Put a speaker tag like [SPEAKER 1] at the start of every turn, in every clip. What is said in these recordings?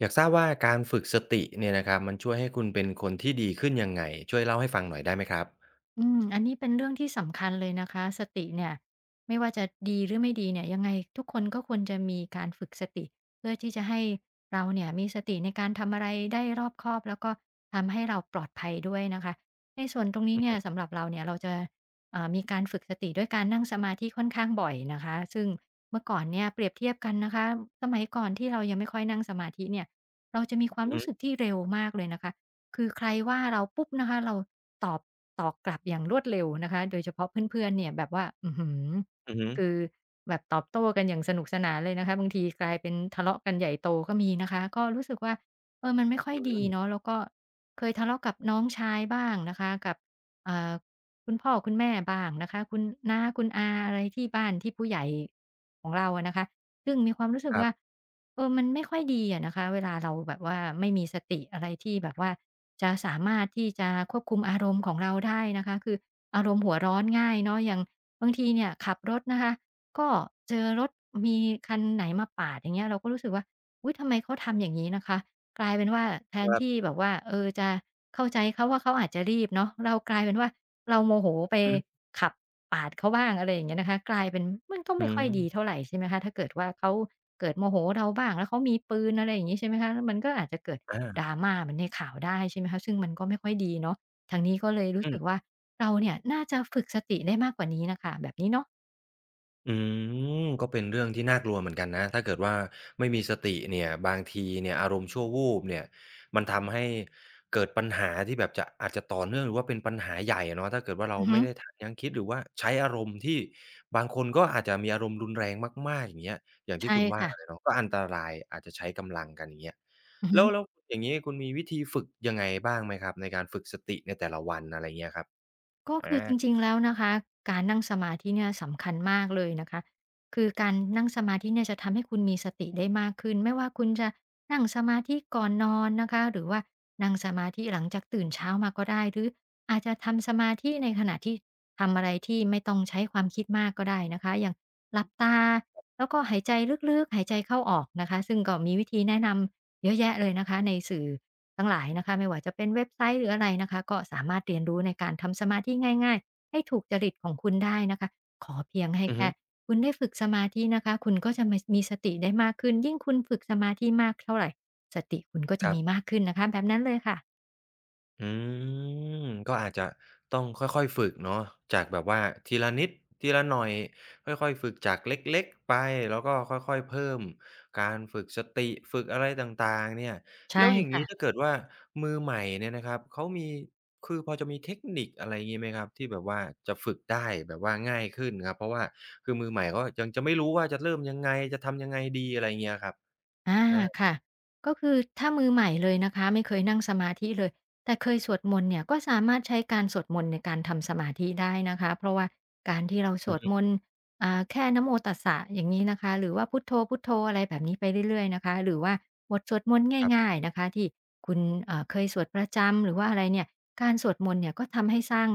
[SPEAKER 1] อยากทราบว่าการฝึกสติเนี่ยนะครับมันช่วยให้คุณเป็นคนที่ดีขึ้นยังไงช่วยเล่าให้ฟังหน่อยได้ไหมครับ
[SPEAKER 2] อืมอันนี้เป็นเรื่องที่สำคัญเลยนะคะ สติเนี่ยไม่ว่าจะดีหรือไม่ดีเนี่ยยังไงทุกคนก็ควรจะมีการฝึกสติเพื่อที่จะให้เราเนี่ยมีสติในการทำอะไรได้รอบคอบแล้วก็ทำให้เราปลอดภัยด้วยนะคะในส่วนตรงนี้เนี่ยสำหรับเราเนี่ยเราจะมีการฝึกสติด้วยการนั่งสมาธิค่อนข้างบ่อยนะคะซึ่งเมื่อก่อนเนี่ยเปรียบเทียบกันนะคะสมัยก่อนที่เรายังไม่ค่อยนั่งสมาธิเนี่ยเราจะมีความ
[SPEAKER 1] อือฮึ
[SPEAKER 2] รู้สึกที่เร็วมากเลยนะคะ คือใครว่าเราปุ๊บนะคะเราตอบตอบกลับอย่างรวดเร็วนะคะโดยเฉพาะเพื่อนๆเนี่ยแบบว่าอือฮือ
[SPEAKER 1] อือฮึ
[SPEAKER 2] คือแบบตอบโต้กันอย่างสนุกสนานเลยนะคะบางทีกลายเป็นทะเลาะกันใหญ่โตก็มีนะคะก็รู้สึกว่าเออมันไม่ค่อย
[SPEAKER 1] อื
[SPEAKER 2] ดี
[SPEAKER 1] ม
[SPEAKER 2] เนาะแล้วก็เคยทะเลาะกับน้องชายบ้างนะคะกับเอ่าคุณพ่อคุณแม่บ้างนะคะคุณน้าคุณอาอะไรที่บ้านที่ผู้ใหญ่ของเราอะนะคะ ซึ่งมีความรู้สึก
[SPEAKER 1] ครั
[SPEAKER 2] ว่า
[SPEAKER 1] บ
[SPEAKER 2] เออมันไม่ค่อยดีอะนะคะเวลาเราแบบว่าไม่มีสติอะไรที่แบบว่าจะสามารถที่จะควบคุมอารมณ์ของเราได้นะคะคืออารมณ์หัวร้อนง่ายเนาะอย่างบางทีเนี่ยขับรถนะคะก็เจอรถมีคันไหนมาปาดอย่างเงี้ยเราก็รู้สึกว่าอุ๊ยทำไมเขาทำอย่างงี้นะคะกลายเป็นว่าแท
[SPEAKER 1] ค
[SPEAKER 2] น
[SPEAKER 1] รั
[SPEAKER 2] ที่
[SPEAKER 1] บ
[SPEAKER 2] แบบว่าเออจะเข้าใจเขาว่าเขาอาจจะรีบเนาะเรากลายเป็นว่าเราโมโหไป
[SPEAKER 1] อือ
[SPEAKER 2] ขับ ปาดเขาบ้างอะไรอย่างเงี้ยนะคะกลายเป็นมันก็
[SPEAKER 1] อื
[SPEAKER 2] ไม่ค่อ
[SPEAKER 1] ม
[SPEAKER 2] ยดีเท่าไรใช่ไหมคะถ้าเกิดว่าเขาเกิดโมโหเราบ้างแล้วเขามีปืนอะไรอย่างงี้ใช่ไหมคะแล้วมันก็อาจจะเกิด
[SPEAKER 1] อา
[SPEAKER 2] drama เหมือนในข่าวได้ใช่ไหมคะซึ่งมันก็ไม่ค่อยดีเนาะทางนี้ก็เลยรู้
[SPEAKER 1] อื
[SPEAKER 2] สึก
[SPEAKER 1] ม
[SPEAKER 2] ว่าเราเนี่ยน่าจะฝึกสติได้มากกว่านี้น่ะค่ะแบบนี้เนาะ
[SPEAKER 1] อืมก็เป็นเรื่องที่น่ากลัวเหมือนกันนะถ้าเกิดว่าไม่มีสติเนี่ยบางทีเนี่ยอารมณ์ชั่ววูบเนี่ยมันทำให้เกิดปัญหาที่แบบจะอาจจะต่อเนื่องหรือว่าเป็นปัญหาใหญ่อะเนาะถ้าเกิดว่าเรา
[SPEAKER 2] อือฮึ
[SPEAKER 1] ไม่ได้ทันยั้งคิดหรือว่าใช้อารมณ์ที่บางคนก็อาจจะมีอารมณ์รุนแรงมากๆอย่างเงี้ยอย่างที่
[SPEAKER 2] ใช่
[SPEAKER 1] คุณว่า
[SPEAKER 2] ค่ะ
[SPEAKER 1] เลยเนาะก็อันตรายอาจจะใช้กำลังกันอย่างเงี้ย
[SPEAKER 2] อือฮึ
[SPEAKER 1] แล้วอย่างงี้คุณมีวิธีฝึกยังไงบ้างไหมครับในการฝึกสติในแต่ละวันอะไรเงี้ยครับ
[SPEAKER 2] ก็
[SPEAKER 1] อา
[SPEAKER 2] คือจริงๆแล้วนะคะการนั่งสมาธิเนี่ยสำคัญมากเลยนะคะคือการนั่งสมาธิเนี่ยจะทำให้คุณมีสติได้มากขึ้นไม่ว่าคุณจะนั่งสมาธิก่อนนอนนะคะหรือว่านั่งสมาธิหลังจากตื่นเช้ามาก็ได้หรืออาจจะทำสมาธิในขณะที่ทำอะไรที่ไม่ต้องใช้ความคิดมากก็ได้นะคะอย่างหลับตาแล้วก็หายใจลึกๆหายใจเข้าออกนะคะซึ่งก็มีวิธีแนะนำเยอะแยะเลยนะคะในสื่อ ทั้งหลายนะคะไม่ว่าจะเป็นเว็บไซต์หรืออะไรนะคะก็สามารถเรียนรู้ในการทำสมาธิง่ายๆให้ถูกจริตของคุณได้นะคะขอเพียงให้
[SPEAKER 1] อือฮึ
[SPEAKER 2] แค่คุณได้ฝึกสมาธินะคะคุณก็จะมาีสติได้มากขึ้นยิ่งคุณฝึกสมาธิมากเท่าไรสติคุณก็จะ
[SPEAKER 1] ครั
[SPEAKER 2] มี
[SPEAKER 1] บ
[SPEAKER 2] มากขึ้นนะคะแบบนั้นเลยค่ะ
[SPEAKER 1] อืมก็อาจจะต้องค่อยๆฝึกเนาะจากแบบว่าทีละนิดทีละหน่อยค่อยๆฝึกจากเล็กๆไปแล้วก็ค่อยๆเพิ่มการฝึกสติฝึกอะไรต่างๆเนี่ยแล้
[SPEAKER 2] ใช่
[SPEAKER 1] วอย่างงี้
[SPEAKER 2] ค่ะ
[SPEAKER 1] ถ้าเกิดว่ามือใหม่เนี่ยนะครับเขามีคือพอจะมีเทคนิคอะไรงี้ไหมครับที่แบบว่าจะฝึกได้แบบว่าง่ายขึ้นครับเพราะว่าคือมือใหม่ก็ยังจะไม่รู้ว่าจะเริ่มยังไงจะทำยังไงดีอะไรเงี้ยครับ
[SPEAKER 2] อา
[SPEAKER 1] อา
[SPEAKER 2] ค่ะก็คือถ้ามือใหม่เลยนะคะไม่เคยนั่งสมาธิเลยแต่เคยสวดมนต์เนี่ยก็สามารถใช้การสวดมนต์ในการทำสมาธิได้นะคะเพราะว่าการที่เราส
[SPEAKER 1] อื
[SPEAKER 2] ว
[SPEAKER 1] อ
[SPEAKER 2] ด
[SPEAKER 1] ฮึ
[SPEAKER 2] มนต์แค่นะโมตัสสะอย่างงี้นะคะหรือว่าพุทโธพุทโธอะไรแบบนี้ไปเรื่อยๆนะคะหรือว่าบทสวดมนต์
[SPEAKER 1] ครั
[SPEAKER 2] ง่า
[SPEAKER 1] บ
[SPEAKER 2] ยๆนะคะที่คุณเคยสวดประจำหรือว่าอะไรเนี่ยการสวดมนต์เนี่ยก็ทำให้สร้าง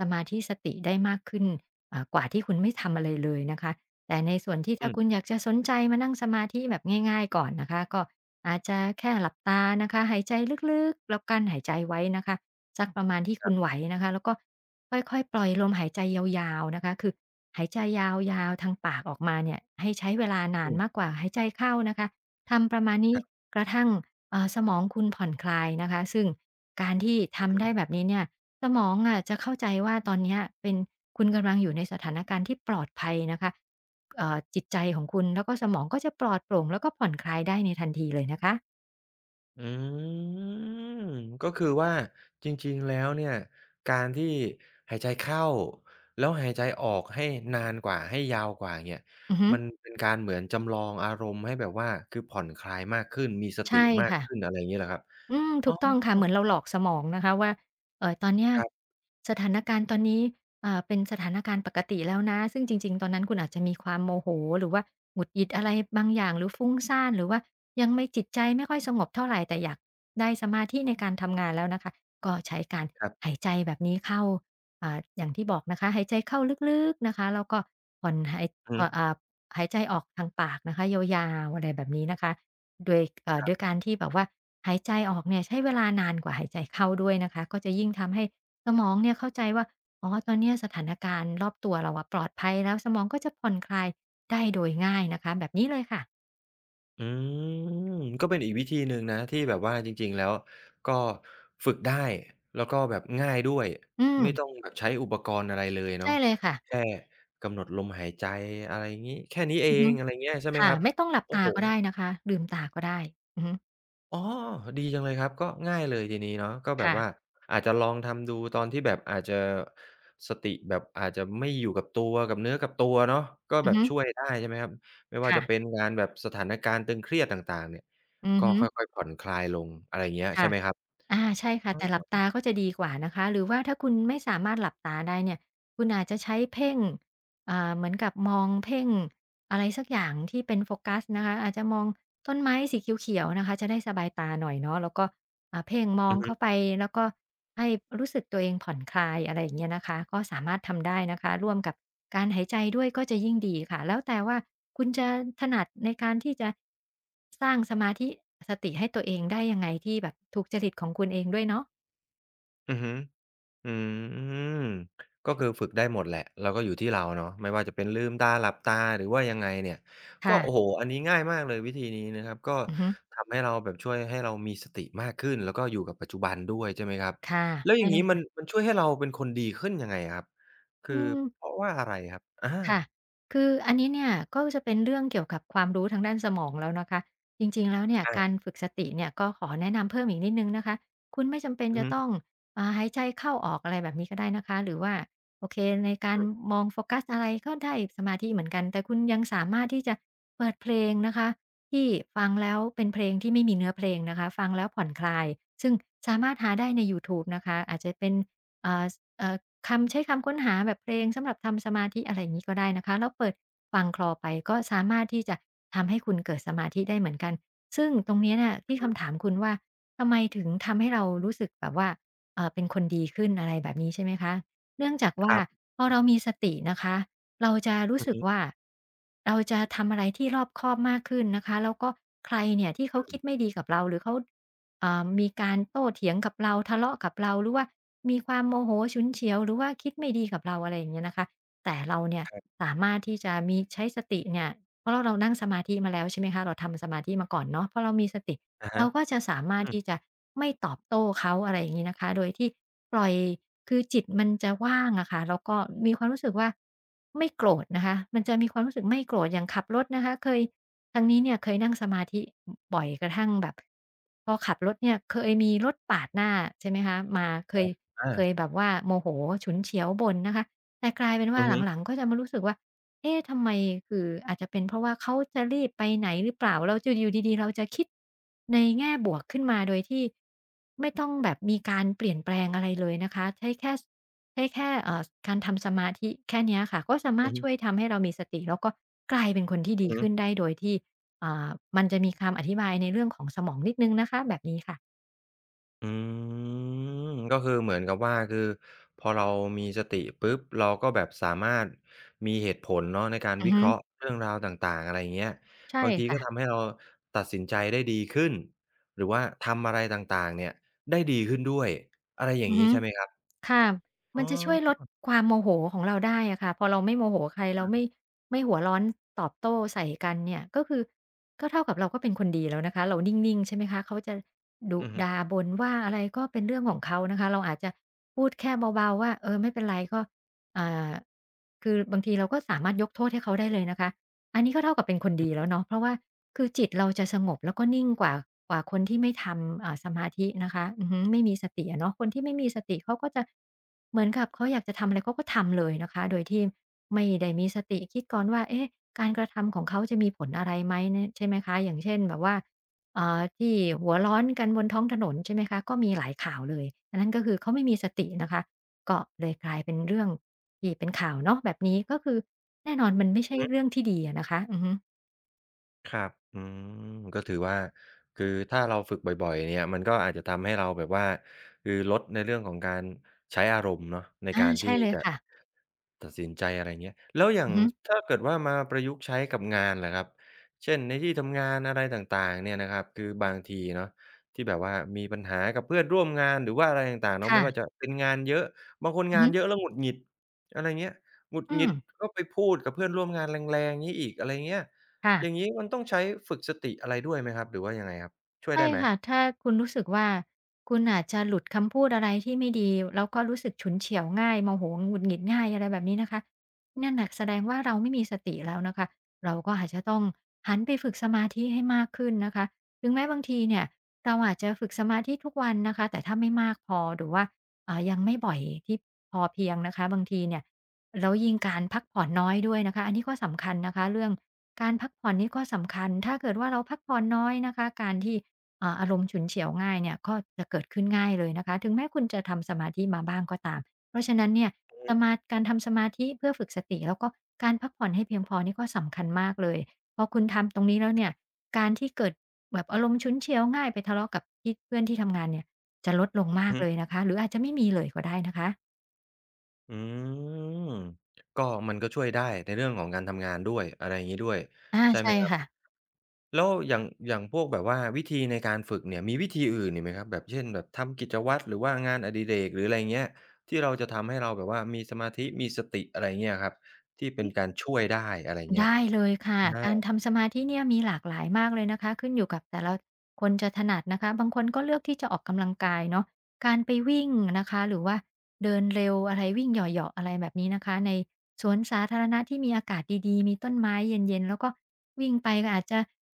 [SPEAKER 2] สมาธิสติได้มากขึ้นกว่าที่คุณไม่ทำอะไรเลยนะคะ แต่ในส่วนที่
[SPEAKER 1] อื
[SPEAKER 2] ถ้าคุณอ
[SPEAKER 1] ม
[SPEAKER 2] ยากจะสนใจมานั่งสมาธิแบบง่ายๆก่อนนะคะก็อาจจะแค่หลับตานะคะหายใจลึกๆแล้วกั้นหายใจไว้นะคะสักประมาณที่คุณไหวนะคะแล้วก็ค่อยๆปล่อยลมหายใจยาวๆนะคะคือหายใจยาวๆทางปากออกมาเนี่ยให้ใช้เวลานาน
[SPEAKER 1] ๆ
[SPEAKER 2] มากกว่าหายใจเข้านะคะทำประมาณนี้กระทั่งสมองคุณผ่อนคลายนะคะซึ่งการที่ทำได้แบบนี้เนี่ย สมองอะจะเข้าใจว่าตอนเนี้ยเป็นคุณกำลังอยู่ในสถานการณ์ที่ปลอดภัยนะคะจิตใจของคุณแล้วก็สมองก็จะปลอดโปร่งแล้วก็ผ่อนคลายได้ในทันทีเลยนะคะ
[SPEAKER 1] อืมก็คือว่าจริงๆแล้วเนี่ยการที่หายใจเข้าแล้วหายใจออกให้นานกว่าให้ยาวกว่าเนี่ย
[SPEAKER 2] อือฮึ
[SPEAKER 1] มันเป็นการเหมือนจำลองอารมณ์ให้แบบว่าคือผ่อนคลายมากขึ้นมีสติ
[SPEAKER 2] ใช่
[SPEAKER 1] มาก
[SPEAKER 2] ค่ะ
[SPEAKER 1] ขึ้นอะไรอย่างงี้เหรอครับ
[SPEAKER 2] อืม
[SPEAKER 1] อ๋
[SPEAKER 2] ถู
[SPEAKER 1] อ
[SPEAKER 2] กต้องค่ะเหมือนเราหลอกสมองนะคะว่าตอนเนี้ย
[SPEAKER 1] คร
[SPEAKER 2] สถานการณ์ตอนนี้เป็นสถานการณ์ปกติแล้วนะซึ่งจริงๆตอนนั้นคุณอาจจะมีความโมโหหรือว่าหงุดหงิดอะไรบางอย่างหรือฟุ้งซ่านหรือว่ายังไม่จิตใจไม่ค่อยสงบเท่าไรแต่อยากได้สมาธิในการทำงานแล้วนะคะก็ใช้การ
[SPEAKER 1] ับ
[SPEAKER 2] หายใจแบบนี้เข้าอย่างที่บอกนะคะหายใจเข้าลึกๆนะคะแล้วก็ผ่อนหาย
[SPEAKER 1] ๆอือ
[SPEAKER 2] พ
[SPEAKER 1] ฮึ
[SPEAKER 2] อหายใจออกทางปากนะคะยาวๆอะไรแบบนี้นะคะ โดยด้วยการที่แบบว่าหายใจออกเนี่ยใช้เวลานานกว่าหายใจเข้าด้วยนะคะก็จะยิ่งทำให้สมองเนี่ยเข้าใจว่าอ๋อตอนเนี้ยสถานการณ์รอบตัวเราอะปลอดภัยแล้วสมองก็จะผ่อนคลายได้โดยง่ายนะคะแบบนี้เลยค่ะ
[SPEAKER 1] อืมก็เป็นอีกวิธีหนึ่งนะที่แบบว่าจริงๆแล้วก็ฝึกได้แล้วก็แบบง่ายด้วย
[SPEAKER 2] อืม
[SPEAKER 1] ไม่ต้องแบบใช้อุปกรณ์อะไรเลยเนาะ
[SPEAKER 2] ใช่เลยค่ะ
[SPEAKER 1] แค่กำหนดลมหายใจอะไรงี้แค่นี้เอ
[SPEAKER 2] อือฮึ
[SPEAKER 1] งอะไรเงี้ยใช่ไหม
[SPEAKER 2] ค่ะ
[SPEAKER 1] ครับ
[SPEAKER 2] ไม่ต้องหลับ
[SPEAKER 1] โอ้
[SPEAKER 2] ตา
[SPEAKER 1] โฮ
[SPEAKER 2] ก็ได้นะคะลืมตาก็ได้อือฮึ
[SPEAKER 1] อ๋อ ดีจังเลยครับ ก็ง่ายเลยทีนี้เนาะก็แบบว่า
[SPEAKER 2] ค่ะ
[SPEAKER 1] อาจจะลองทำดูตอนที่แบบอาจจะสติแบบอาจจะไม่อยู่กับตัวกับเนื้อกับตัวเนาะก็
[SPEAKER 2] อื
[SPEAKER 1] แบ
[SPEAKER 2] อ
[SPEAKER 1] บ
[SPEAKER 2] ฮึ
[SPEAKER 1] ช่วยได้ใช่ไหมครับ ไม่ว่าจะเป็น
[SPEAKER 2] ค่ะ
[SPEAKER 1] งานแบบสถานการณ์ตึงเครียดต่างๆเนี่ย
[SPEAKER 2] อือ
[SPEAKER 1] ก็
[SPEAKER 2] ฮึ
[SPEAKER 1] ค่อยๆผ่อนคลายลงอะไรอย่างเงี้ยใช่
[SPEAKER 2] ค่ะ
[SPEAKER 1] ไหมครับ
[SPEAKER 2] อาใช่ค่ะแต่หลับตาก็จะดีกว่านะคะหรือว่าถ้าคุณไม่สามารถหลับตาได้เนี่ยคุณอาจจะใช้เพ่ง เหมือนกับมองเพ่งอะไรสักอย่างที่เป็นโฟกัสนะคะอาจจะมองต้นไม้สีเขียวๆนะคะจะได้สบายตาหน่อยเนาะแล้วก็เพ่งมอ
[SPEAKER 1] อื
[SPEAKER 2] ง
[SPEAKER 1] อฮึ
[SPEAKER 2] เข้าไปแล้วก็ให้รู้สึกตัวเองผ่อนคลายอะไรอย่างเงี้ยนะคะก็สามารถทำได้นะคะร่วมกับการหายใจด้วยก็จะยิ่งดีค่ะแล้วแต่ว่าคุณจะถนัดในการที่จะสร้างสมาธิสติให้ตัวเองได้ยังไงที่แบบถูกจริตของคุณเองด้วยเนาะ
[SPEAKER 1] อือฮึ อืมก็คือฝึกได้หมดแหละแล้วก็อยู่ที่เราเนาะไม่ว่าจะเป็นลืมตาหลับตาหรือว่ายังไงเนี่ยก็โอ้โฮ
[SPEAKER 2] ค่ะ
[SPEAKER 1] อันนี้ง่ายมากเลยวิธีนี้นะครับก็
[SPEAKER 2] อือฮึ
[SPEAKER 1] ทำให้เราแบบช่วยให้เรามีสติมากขึ้นแล้วก็อยู่กับปัจจุบันด้วยใช่ไหมครับ
[SPEAKER 2] ค่ะ
[SPEAKER 1] แล้วอ
[SPEAKER 2] ได้
[SPEAKER 1] ย่าง
[SPEAKER 2] เล
[SPEAKER 1] งี้มั
[SPEAKER 2] ย
[SPEAKER 1] นมันช่วยให้เราเป็นคนดีขึ้นยังไงอะครับคื
[SPEAKER 2] อื
[SPEAKER 1] อ
[SPEAKER 2] ม
[SPEAKER 1] เพราะว่าอะไรครับอา
[SPEAKER 2] ค่ะคืออันนี้เนี่ยก็จะเป็นเรื่องเกี่ยวกับความรู้ทางด้านสมองแล้วนะคะจริงๆแล้วเนี่ย
[SPEAKER 1] อา
[SPEAKER 2] การฝึกสติเนี่ยก็ขอแนะนำเพิ่มอีกนิดนึงนะคะคุณไม่จำเป็น
[SPEAKER 1] อือ
[SPEAKER 2] จะ
[SPEAKER 1] ฮึ
[SPEAKER 2] ต้องหายใจเข้าออกอะไรแบบนี้ก็ได้นะคะหรือว่าโอเคในการ
[SPEAKER 1] อือ
[SPEAKER 2] มองโฟกัสอะไรก็ได้สมาธิเหมือนกันแต่คุณยังสามารถที่จะเปิดเพลงนะคะที่ฟังแล้วเป็นเพลงที่ไม่มีเนื้อเพลงนะคะฟังแล้วผ่อนคลายซึ่งสามารถหาได้ในยูทูบนะคะอาจจะเป็น อ่าเอ่อคำใช้คำค้นหาแบบเพลงสำหรับทำสมาธิอะไรอย่างงี้ก็ได้นะคะแล้วเปิดฟังคลอไปก็สามารถที่จะทำให้คุณเกิดสมาธิได้เหมือนกันซึ่งตรงเนี้ยน่ะ
[SPEAKER 1] อื
[SPEAKER 2] ที่
[SPEAKER 1] อฮึ
[SPEAKER 2] คำถามคุณว่าทำไมถึงทำให้เรารู้สึกแบบว่าเป็นคนดีขึ้นอะไรแบบนี้ใช่ไหมคะเนื่องจาก
[SPEAKER 1] ค
[SPEAKER 2] ว่า
[SPEAKER 1] รับ
[SPEAKER 2] พอเรามีสตินะคะเราจะรู้
[SPEAKER 1] อือ
[SPEAKER 2] สึก
[SPEAKER 1] ฮึ
[SPEAKER 2] ว่าเราจะทำอะไรที่รอบคอบมากขึ้นนะคะแล้วก็ใครเนี่ยที่เขาคิ
[SPEAKER 1] อื
[SPEAKER 2] ดไม่
[SPEAKER 1] ม
[SPEAKER 2] ดีกับเราหรือเขา มีการโต้เถียงกับเราทะเลาะกับเราหรือว่ามีความโมโหฉุนเฉียวหรือว่าคิดไม่ดีกับเราอะไรอย่างเงี้ยนะคะแต่เราเนี่ย
[SPEAKER 1] ครับ
[SPEAKER 2] สามารถที่จะมีใช้สติเนี่ยเพราะเรานั่งสมาธิมาแล้วใช่ไหมคะเราทำสมาธิมาก่อนเนาะเพราะเรามีสติ
[SPEAKER 1] อะฮะ
[SPEAKER 2] เราก็จะสามาร
[SPEAKER 1] อื
[SPEAKER 2] ถ
[SPEAKER 1] ม
[SPEAKER 2] ที่จะไม่ตอบโต้เขาอะไรอย่างงี้นะคะโดยที่ปล่อยคือจิตมันจะว่างอะค่ะแล้วก็มีความรู้สึกว่าไม่โกรธนะคะมันจะมีความรู้สึกไม่โกรธอย่างขับรถนะคะเคยทางนี้เนี่ยเคยนั่งสมาธิอบ่อยกระทั่งแบบพอขับรถเนี่ยเคยมีรถปาดหน้าใช่ไหมคะมาเค
[SPEAKER 1] ครั
[SPEAKER 2] ย
[SPEAKER 1] บอา
[SPEAKER 2] เคยแบบว่าโมโหฉุนเฉียวบ่นนะคะแต่กลายเป็นว่า
[SPEAKER 1] อือฮึ
[SPEAKER 2] หลังๆก็จะมารู้สึกว่า เอ๊ะทำไมคืออาจจะเป็นเพราะว่าเขาจะรีบไปไหนหรือเปล่าเราจะอยู่ดีๆเราจะคิดในแง่บวกขึ้นมาโดยที่ไม่ต้องแบบมีการเปลี่ยนแปลงอะไรเลยนะคะใช้แค่การทำสมาธิแค่เนี้ยค่ะก็สามาร
[SPEAKER 1] อื
[SPEAKER 2] ถ
[SPEAKER 1] อ
[SPEAKER 2] ช่วย
[SPEAKER 1] ฮึ
[SPEAKER 2] ทำให้เรามีสติแล้วก็กลายเป็นคนที่ดี
[SPEAKER 1] อือฮึ
[SPEAKER 2] ขึ้นได้โดยที่อ่ามันจะมีคำอธิบายในเรื่องของสมองนิดหนึ่งนะคะแบบนี้ค่ะ
[SPEAKER 1] อืมก็คือเหมือนกับว่าคือพอเรามีสติปุ๊บเราก็แบบสามารถมีเหตุผลเนาะในการ
[SPEAKER 2] อือ
[SPEAKER 1] วิเค
[SPEAKER 2] ฮึ
[SPEAKER 1] ราะห์เรื่องราวต่างๆอะไรอย่างเงี้ย
[SPEAKER 2] ใช่
[SPEAKER 1] บางที
[SPEAKER 2] ค่ะ
[SPEAKER 1] ก็ทำให้เราตัดสินใจได้ดีขึ้นหรือว่าทำอะไรต่างๆเนี่ยได้ดีขึ้นด้วยอะไรอย่า
[SPEAKER 2] อื
[SPEAKER 1] ง
[SPEAKER 2] อ
[SPEAKER 1] งี้
[SPEAKER 2] ฮึ
[SPEAKER 1] ใช่ไหมครับ
[SPEAKER 2] ค่ะ
[SPEAKER 1] อ๋
[SPEAKER 2] มัน
[SPEAKER 1] อ
[SPEAKER 2] จะช่วยลดความโมโหของเราได้อะค่ะพอเราไม่โมโหใครเราไม่หัวร้อนตอบโต้ใส่กันเนี่ยก็คือก็เท่ากับเราก็เป็นคนดีแล้วนะคะเรานิ่งๆใช่ไหมคะเขาจะดุ
[SPEAKER 1] อือฮึ
[SPEAKER 2] ด่าบ่นว่าอะไรก็เป็นเรื่องของเขานะคะเราอาจจะพูดแค่เบาๆว่าเออไม่เป็นไรก็อ่าคือบางทีเราก็สามารถยกโทษให้เขาได้เลยนะคะ อันนี้ก็เท่ากับเป็นคน
[SPEAKER 1] อือ
[SPEAKER 2] ดีแล้วเนาะเพราะว่าคือจิตเราจะสงบแล้วก็นิ่งกว่าคนที่ไม่ทำสมาธินะคะอือฮึไม่มีสติอะเนาะคนที่ไม่มีสติเขาก็จะเหมือนกับเขาอยากจะทำอะไรเขาก็ทำเลยนะคะโดยที่ไม่ได้มีสติคิดก่อนว่าเอ๊ะการกระทำของเขาจะมีผลอะไรไหมนใช่ไหมคะอย่างเช่นแบบว่าที่หัวร้อนกันบนท้องถนนใช่ไหมคะก็มีหลายข่าวเลยอันนั้นก็คือเขาไม่มีสตินะคะก็เลยกลายเป็นเรื่องที่เป็นข่าวเนาะแบบนี้ก็คือ แน่นอนมันไม่ใช่
[SPEAKER 1] ฮึ
[SPEAKER 2] เรื่องที่ดีอะนะคะอือฮึ
[SPEAKER 1] ครับอืมก็ถือว่าคือถ้าเราฝึกบ่อยๆเนี่ยมันก็อาจจะทำให้เราแบบว่าคือลดในเรื่องของการใช้อารมณ์เนาะใน
[SPEAKER 2] อา
[SPEAKER 1] การที่
[SPEAKER 2] ใช่เลย
[SPEAKER 1] จะ
[SPEAKER 2] ค่ะ
[SPEAKER 1] ตัดสินใจอะไรเงี้ยแล้วอย่า
[SPEAKER 2] อื
[SPEAKER 1] ง
[SPEAKER 2] อฮึ
[SPEAKER 1] ถ้าเกิดว่ามาประยุกต์ใช้กับงานล่ะครับเช่นในที่ทำงานอะไรต่างๆเนี่ยนะครับคือบางทีเนาะที่แบบว่ามีปัญหากับเพื่อนร่วมงานหรือว่าอะไรต่างๆเนาะไม่ว่าจะ
[SPEAKER 2] ค่ะ
[SPEAKER 1] เป็นงานเยอะบางคน
[SPEAKER 2] อือ
[SPEAKER 1] งาน
[SPEAKER 2] ฮึ
[SPEAKER 1] เยอะแล้วหงุดหงิดอะไรเงี้ยหงุด
[SPEAKER 2] อื
[SPEAKER 1] หงิ
[SPEAKER 2] ม
[SPEAKER 1] ดก็ไปพูดกับเพื่อนร่วมงานแรงๆงี้อีกอะไรเงี้ยอย่างงี้
[SPEAKER 2] ค่ะ
[SPEAKER 1] มันต้องใช้ฝึกสติอะไรด้วยไหมครับหรือว่ายังไงครับช่วย
[SPEAKER 2] ไม่
[SPEAKER 1] ได้ไหม
[SPEAKER 2] ค่ะถ้าคุณรู้สึกว่าคุณอาจจะหลุดคำพูดอะไรที่ไม่ดีแล้วก็รู้สึกฉุนเฉียวง่ายโมโหหงุดหงิดง่ายอะไรแบบนี้นะคะนั่นน่ะแสดงว่าเราไม่มีสติแล้วนะคะเราก็อาจจะต้องหันไปฝึกสมาธิให้มากขึ้นนะคะถึงแม้บางทีเนี่ยเราอาจจะฝึกสมาธิทุกวันนะคะแต่ถ้าไม่มากพอหรือว่ายังไม่บ่อยที่พอเพียงนะคะบางทีเนี่ยแล้วยิ่งการพักผ่อนน้อยด้วยนะคะอันนี้ก็สำคัญนะคะเรื่องการพักผ่อนนี่ก็สำคัญถ้าเกิดว่าเราพักผ่อนน้อยนะคะการที่ อารมณ์ฉุนเฉียวง่ายเนี่ยก็จะเกิดขึ้นง่ายเลยนะคะถึงแม้คุณจะทำสมาธิมาบ้างก็ตามเพราะฉะนั้นเนี่ยสมาการทำสมาธิเพื่อฝึกสติแล้วก็การพักผ่อนให้เพียงพอนี่ก็สำคัญมากเลยพอคุณทำตรงนี้แล้วเนี่ยการที่เกิดแบบอารมณ์ฉุนเฉียวง่ายไปทะเลาะกับที่เพื่อนที่ทำงานเนี่ยจะลดลงมา
[SPEAKER 1] อือ
[SPEAKER 2] ก
[SPEAKER 1] ฮึ
[SPEAKER 2] เลยนะคะหรืออาจจะไม่มีเลยก็ได้นะคะ
[SPEAKER 1] อืมก็มันก็ช่วยได้ในเรื่องของการทำงานด้วยอะไรอย่างงี้ด้วย
[SPEAKER 2] อา
[SPEAKER 1] ใช่ไหม
[SPEAKER 2] ใช่
[SPEAKER 1] ครั
[SPEAKER 2] ค่ะ
[SPEAKER 1] บ แล้วอย่างพวกแบบว่าวิธีในการฝึกเนี่ยมีวิธีอื่นอีกไหมครับแบบเช่นแบบทำกิจวัตรหรือว่างานอดิเรกหรืออะไรเงี้ยที่เราจะทำให้เราแบบว่ามีสมาธิมีสติอะไรเงี้ยครับที่เป็นการช่วยได้อะไรเงี้ย
[SPEAKER 2] ได้เลยค่ะ
[SPEAKER 1] อา
[SPEAKER 2] การทำสมาธิเนี่ยมีหลากหลายมากเลยนะคะขึ้นอยู่กับแต่ละคนจะถนัดนะคะบางคนก็เลือกที่จะออกกำลังกายเนาะการไปวิ่งนะคะหรือว่าเดินเร็วอะไรวิ่งเหยาะๆอะไรแบบนี้นะคะในสวนสาธารณะที่มีอากาศดีๆมีต้นไม้เย็นๆแล้วก็วิ่งไปก็อาจจะ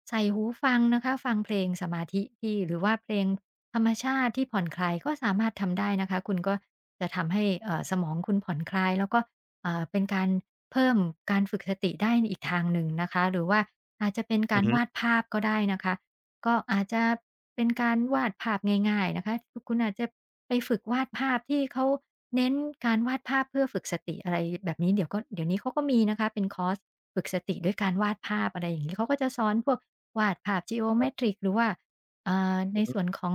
[SPEAKER 2] ใส่หูฟังนะคะฟังเพลงสมาธิที่หรือว่าเพลงธรรมชาติที่ผ่อนคลายก็สามารถทำได้นะคะคุณก็จะทำให้สมองคุณผ่อนคลายแล้วก็ เป็นการเพิ่มการฝึกสติได้อีกทางหนึ่งนะคะหรือว่าอาจจะเป็น
[SPEAKER 1] อื
[SPEAKER 2] การ
[SPEAKER 1] อฮึ
[SPEAKER 2] วาดภาพก็ได้นะคะก็อาจจะเป็นการวาดภาพง่ายๆนะคะคุณอาจจะไปฝึกวาดภาพที่เขาเน้นการวาดภาพเพื่อฝึกสติอะไรแบบนี้เดี๋ยวนี้เขาก็มีนะคะเป็นคอร์สฝึกสติด้วยการวาดภาพอะไรอย่างงี้เขาก็จะสอนพวกวาดภาพ
[SPEAKER 1] ครับ
[SPEAKER 2] Geometric หรือว่าใน
[SPEAKER 1] อือฮึ
[SPEAKER 2] ส่วนของ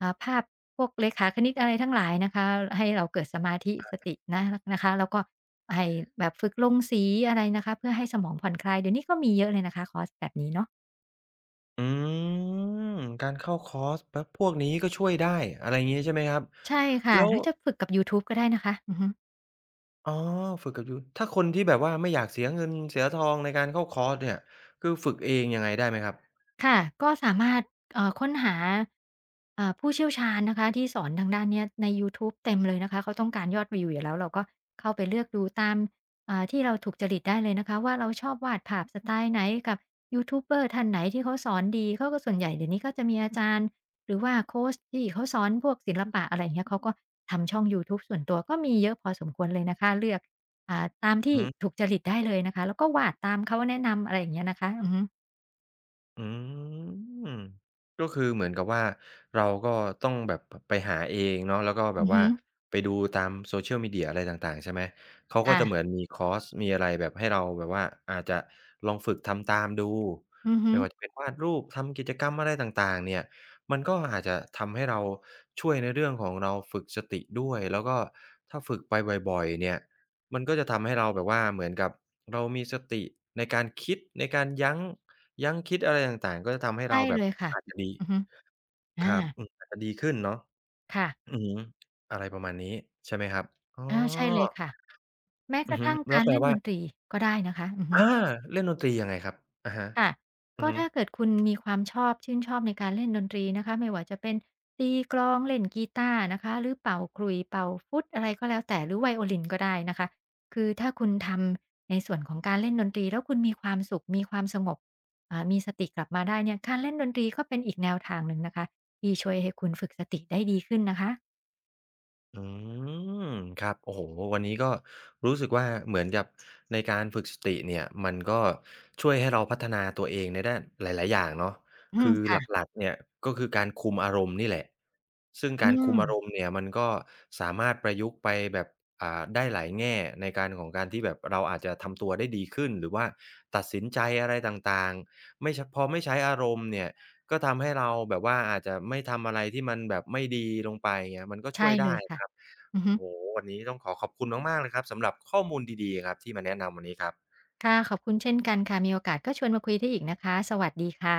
[SPEAKER 2] ภาพพวกเลขาคณิตอะไรทั้งหลายนะคะให้เราเกิดสมาธิสตินะคะแล้วก็ให้แบบฝึกลงสีอะไรนะคะเพื่อให้สมองผ่อนคลายเดี๋ยวนี้ก็มีเยอะเลยนะคะคอร์สแบบนี้เนาะ
[SPEAKER 1] อืมการเข้าคอร์สแบบพวกนี้ก็ช่วยได้อะไรงี้ใช่ไหมครับ
[SPEAKER 2] ใช่ค่ะ
[SPEAKER 1] แล้
[SPEAKER 2] ห
[SPEAKER 1] ว
[SPEAKER 2] รือจะฝึกกับยูทูบก็ได้นะคะอือฮึ
[SPEAKER 1] อ๋อฝึกกับยูถ้าคนที่แบบว่าไม่อยากเสียเงินเสียทองในการเข้าคอร์สเนี่ยคือฝึกเองยังไงได้ไหมครับ
[SPEAKER 2] ค่ะก็สามารถค้นหาเอ่าผู้เชี่ยวชาญนะคะที่สอนทางด้านเนี้ยในยูทูบเต็มเลยนะคะเขาต้องการยอดวิวอยู่แล้วเราก็เข้าไปเลือกดูตามที่เราถูกจริตได้เลยนะคะว่าเราชอบวาดภาพสไตล์ไหนกับยูทูบเบอร์ท่านไหนที่เขาสอนดีเขาก็ส่วนใหญ่เดี๋ยวนี้ก็จะมีอาจารย์หรือว่าโคชที่เขาสอนพวกศิลปะอะไรอย่างเงี้ยเขาก็ทำช่องยูทูบส่วนตัวก็มีเยอะพอสมควรเลยนะคะเลือกตามที่
[SPEAKER 1] อือฮึ
[SPEAKER 2] ถูกจริตได้เลยนะคะแล้วก็วาดตามเขาแนะนำอะไรอย่างเงี้ยนะคะอือฮึ
[SPEAKER 1] อืมก็คือเหมือนกับว่าเราก็ต้องแบบพไปหาเองเนาะแล้วก็แบ
[SPEAKER 2] อือ
[SPEAKER 1] บ
[SPEAKER 2] ฮึ
[SPEAKER 1] ว่าไปดูตาม Social Media อะไรต่างๆใช่ไหมเขาก็จะเหมือ
[SPEAKER 2] ค่ะ
[SPEAKER 1] นมีคอร์สมีอะไรแบบให้เราแบบว่าอาจจะลองฝึกทำตามดู
[SPEAKER 2] อือฮึ
[SPEAKER 1] ไม่ว่าจะเป็นวาดรูปทำกิจกรรมอะไรต่างๆเนี่ยมันก็อาจจะทำให้เราช่วยในเรื่องของเราฝึกสติด้วยแล้วก็ถ้าฝึกไปบ่อยๆเนี่ยมันก็จะทำให้เราแบบว่าเหมือนกับเรามีสติในการคิดในการยั้ง ยั้งคิดอะไรต่างๆ ก็จะทำให้
[SPEAKER 2] ใช่
[SPEAKER 1] เราแบ
[SPEAKER 2] เล
[SPEAKER 1] บ
[SPEAKER 2] ยค่ะ
[SPEAKER 1] อาจจะดี
[SPEAKER 2] อือฮึอา
[SPEAKER 1] ครับอืมอาจจะดีขึ้นเนาะ
[SPEAKER 2] ค่ะ
[SPEAKER 1] อือฮึอะไรประมาณนี้ใช่ไหมครับอ๋อ
[SPEAKER 2] อาใช่เลยค่ะแม้ก
[SPEAKER 1] อือ
[SPEAKER 2] ระ
[SPEAKER 1] ฮึ
[SPEAKER 2] ทั่ง
[SPEAKER 1] แล้
[SPEAKER 2] กา
[SPEAKER 1] ว
[SPEAKER 2] ร
[SPEAKER 1] แปล
[SPEAKER 2] เล่นด
[SPEAKER 1] ว่า
[SPEAKER 2] นตรีก็ได้นะคะอือฮึ
[SPEAKER 1] อาเล่นดนตรียังไงครับอะฮะ
[SPEAKER 2] ค่ะ
[SPEAKER 1] อือ
[SPEAKER 2] ก็
[SPEAKER 1] ฮึ
[SPEAKER 2] ถ้าเกิดคุณมีความชอบชื่นชอบในการเล่นดนตรีนะคะไม่ว่าจะเป็นตีกลองเล่นกีตาร์นะคะหรือเป่าขลุ่ยเป่าฟลุตอะไรก็แล้วแต่หรือไวโอลินก็ได้นะคะคือถ้าคุณทำในส่วนของการเล่นดนตรีแล้วคุณมีความสุขมีความสงบมีสติกลับมาได้เนี่ยการเล่นดนตรีก็เป็นอีกแนวทางหนึ่งนะคะที่ช่วยให้คุณฝึกสติได้ดีขึ้นนะคะ
[SPEAKER 1] อืมครับโอ้โฮวันนี้ก็รู้สึกว่าเหมือนกับในการฝึกสติเนี่ยมันก็ช่วยให้เราพัฒนาตัวเองในด้านหลายๆอย่างเนาะ
[SPEAKER 2] อื
[SPEAKER 1] คื
[SPEAKER 2] ม
[SPEAKER 1] อห
[SPEAKER 2] ค่ะ
[SPEAKER 1] ลักๆเนี่ยก็คือการคุมอารมณ์นี่แหละซึ่ง
[SPEAKER 2] อื
[SPEAKER 1] การคุม
[SPEAKER 2] ม
[SPEAKER 1] อารมณ์เนี่ยมันก็สามารถประยุกต์ไปแบบได้หลายแง่ในการของการที่แบบเราอาจจะทำตัวได้ดีขึ้นหรือว่าตัดสินใจอะไรต่างๆไม่ชพอไม่ใช้อารมณ์เนี่ย ก็ทำให้เราแบบว่าอาจจะไม่ทำอะไรที่มันแบบไม่ดีลงไปเงี้ยมันก็ช่
[SPEAKER 2] ใช่
[SPEAKER 1] วย
[SPEAKER 2] เล
[SPEAKER 1] ได้
[SPEAKER 2] ยค่ะ
[SPEAKER 1] นะครับ
[SPEAKER 2] อือ
[SPEAKER 1] โอ้
[SPEAKER 2] ฮึ
[SPEAKER 1] โฮวันนี้ต้องขอขอบคุณมากๆเลยครับสำหรับข้อมูลดีๆครับที่มาแนะนำวันนี้ครับ
[SPEAKER 2] ค่ะขอบคุณเช่นกันค่ะมีโอกาสก็ชวนมาคุยได้อีกนะคะสวัสดีค่ะ